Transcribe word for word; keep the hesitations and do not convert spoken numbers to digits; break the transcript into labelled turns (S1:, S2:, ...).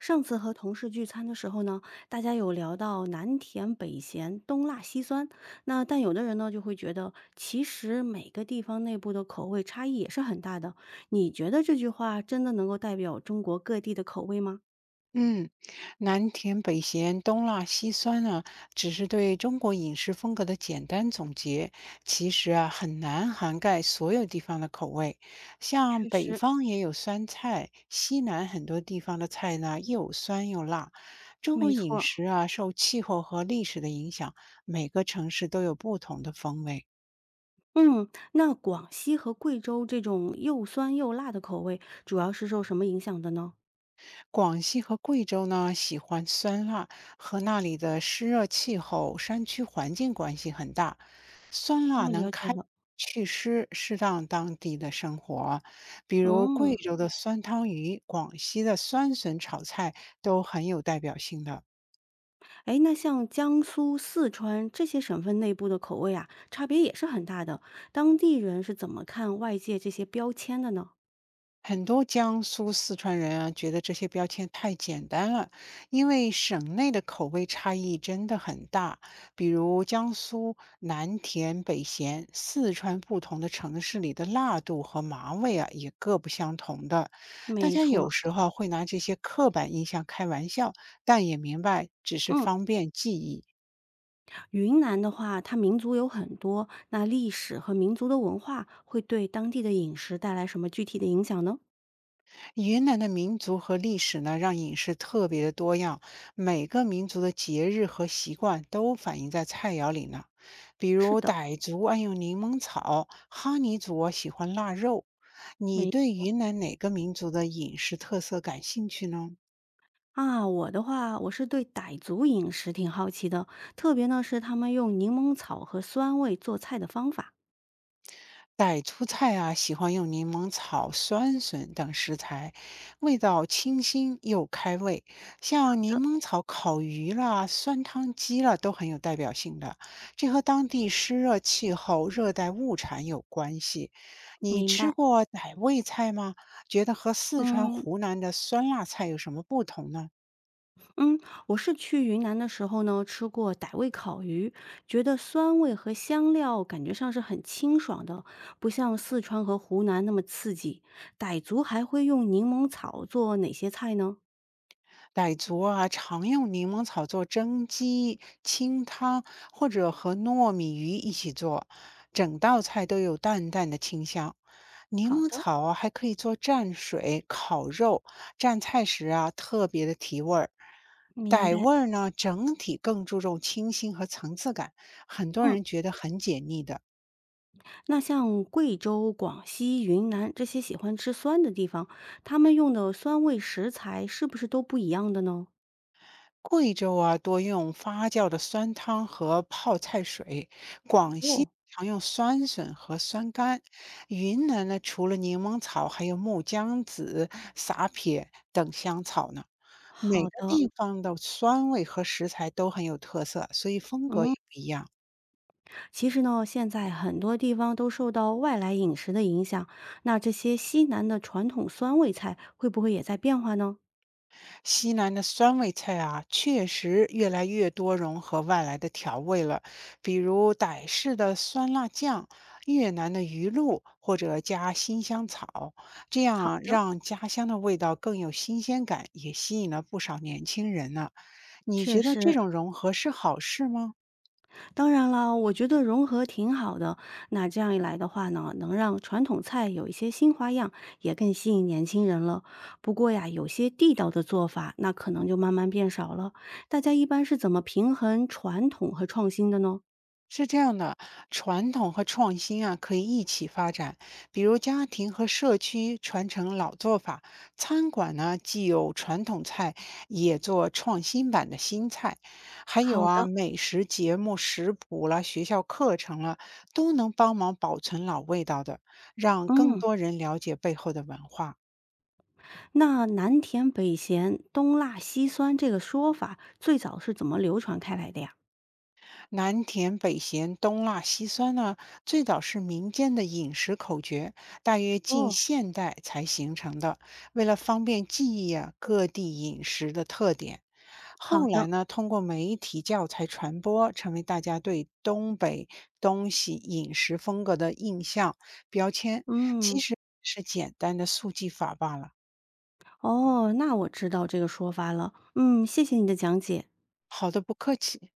S1: 上次和同事聚餐的时候呢，大家有聊到南甜北咸、东辣西酸，那但有的人呢就会觉得，其实每个地方内部的口味差异也是很大的。你觉得这句话真的能够代表中国各地的口味吗？
S2: 嗯，南甜北咸，东辣西酸呢，只是对中国饮食风格的简单总结，其实啊很难涵盖所有地方的口味。像
S1: 确
S2: 北
S1: 实，
S2: 方也有酸菜，西南很多地方的菜呢又酸又辣。中
S1: 没
S2: 国
S1: 错
S2: 饮
S1: 儿。
S2: 食啊受气候和历史的影响，每个城市都有不同的风味。
S1: 嗯，那广西和贵州这种又酸又辣的口味，主要是受什么影响的呢？
S2: 广西和贵州呢喜欢酸辣，和那里的湿热气候、山区环境关系很大。酸辣
S1: 哦，
S2: 能
S1: 了解
S2: 开
S1: 了。
S2: 祛湿，适当当地的生活，比如贵
S1: 嗯。
S2: 州的酸汤鱼、广西的酸笋炒菜都很有代表性的。
S1: 哎，那像江苏、四川这些省份内部的口味啊，差别也是很大的。当地人是怎么看外界这些标签的呢？
S2: 很多江苏、四川人啊，觉得这些标签太简单了，因为省内的口味差异真的很大。比如江苏南甜北咸，四川不同的城市里的辣度和麻味啊，也各不相同的。大
S1: 没
S2: 家有
S1: 错。
S2: 时候啊会拿这些刻板印象开玩笑，但也明白只是
S1: 嗯，
S2: 方便记忆。
S1: 云南的话，它民族有很多，那历史和民族的文化会对当地的饮食带来什么具体的影响呢？
S2: 云南的民族和历史呢，让饮食特别的多样，每个民族的节日和习惯都反映在菜肴里呢。比
S1: 是
S2: 如
S1: 的。
S2: 傣族爱用柠檬草，哈尼族啊喜欢腊肉。你
S1: 没
S2: 对云南哪个民族的饮食特色感兴趣呢？
S1: 啊，我的话，我是对傣族饮食挺好奇的，特别呢是他们用柠檬草和酸味做菜的方法。
S2: 傣族菜啊，喜欢用柠檬草、酸笋等食材，味道清新又开胃。像柠檬草烤鱼啦、酸汤鸡啦，都很有代表性的。这和当地湿热气候、热带物产有关系。你
S1: 明
S2: 吃
S1: 白。
S2: 过傣味菜吗？觉得和四川、
S1: 嗯，
S2: 湖南的酸辣菜有什么不同呢？
S1: 嗯，我是去云南的时候呢，吃过傣味烤鱼，觉得酸味和香料感觉上是很清爽的，不像四川和湖南那么刺激。傣族还会用柠檬草做哪些菜呢？
S2: 傣族啊，常用柠檬草做蒸鸡、清汤，或者和糯米鱼一起做，整道菜都有淡淡的清香。柠
S1: 好
S2: 檬
S1: 的。
S2: 草啊，还可以做蘸水、烤肉，蘸菜时啊，特别的提味儿。
S1: 明
S2: 傣
S1: 白。
S2: 味儿呢，整体更注重清新和层次感，很多
S1: 嗯，
S2: 人觉得很解腻的。
S1: 那像贵州、广西、云南这些喜欢吃酸的地方，他们用的酸味食材是不是都不一样的呢？
S2: 贵州啊，多用发酵的酸汤和泡菜水；广西
S1: 哦，
S2: 常用酸笋和酸柑；云南呢，除了柠檬草，还有木姜子、撒撇等香草呢。每
S1: 好
S2: 个
S1: 的。
S2: 地方的酸味和食材都很有特色，所以风格也不一样。
S1: 其实呢，现在很多地方都受到外来饮食的影响，那这些西南的传统酸味菜会不会也在变化呢？
S2: 西南的酸味菜啊，确实越来越多融合外来的调味了，比如傣式的酸辣酱、越南的鱼露，或者加新香草，这样
S1: 好
S2: 啊
S1: 的，
S2: 让家乡的味道更有新鲜感，也吸引了不少年轻人呢、你
S1: 确
S2: 觉得这
S1: 实。
S2: 种融合是好事吗？
S1: 当然了，我觉得融合挺好的。那这样一来的话呢，能让传统菜有一些新花样，也更吸引年轻人了。不过呀，有些地道的做法，那可能就慢慢变少了。大家一般是怎么平衡传统和创新的呢？
S2: 是这样的，传统和创新啊可以一起发展，比如家庭和社区传承老做法，餐馆呢既有传统菜，也做创新版的新菜，还有
S1: 好
S2: 啊
S1: 的，
S2: 美食节目、食谱啦、学校课程啦，都能帮忙保存老味道的，让更
S1: 嗯。
S2: 多人了解背后的文化。
S1: 那南甜北咸，东辣西酸这个说法最早是怎么流传开来的呀？
S2: 南甜北咸，东辣西酸呢，最早是民间的饮食口诀，大约近
S1: 哦，
S2: 现代才形成的。为了方便记忆啊，各地饮食的特点，
S1: 好
S2: 后来
S1: 的。
S2: 呢，通过媒体教材传播，成为大家对东北东西饮食风格的印象标签。其
S1: 嗯，
S2: 实是简单的速记法罢了。
S1: 哦，那我知道这个说法了，嗯，谢谢你的讲解。
S2: 好的，不客气。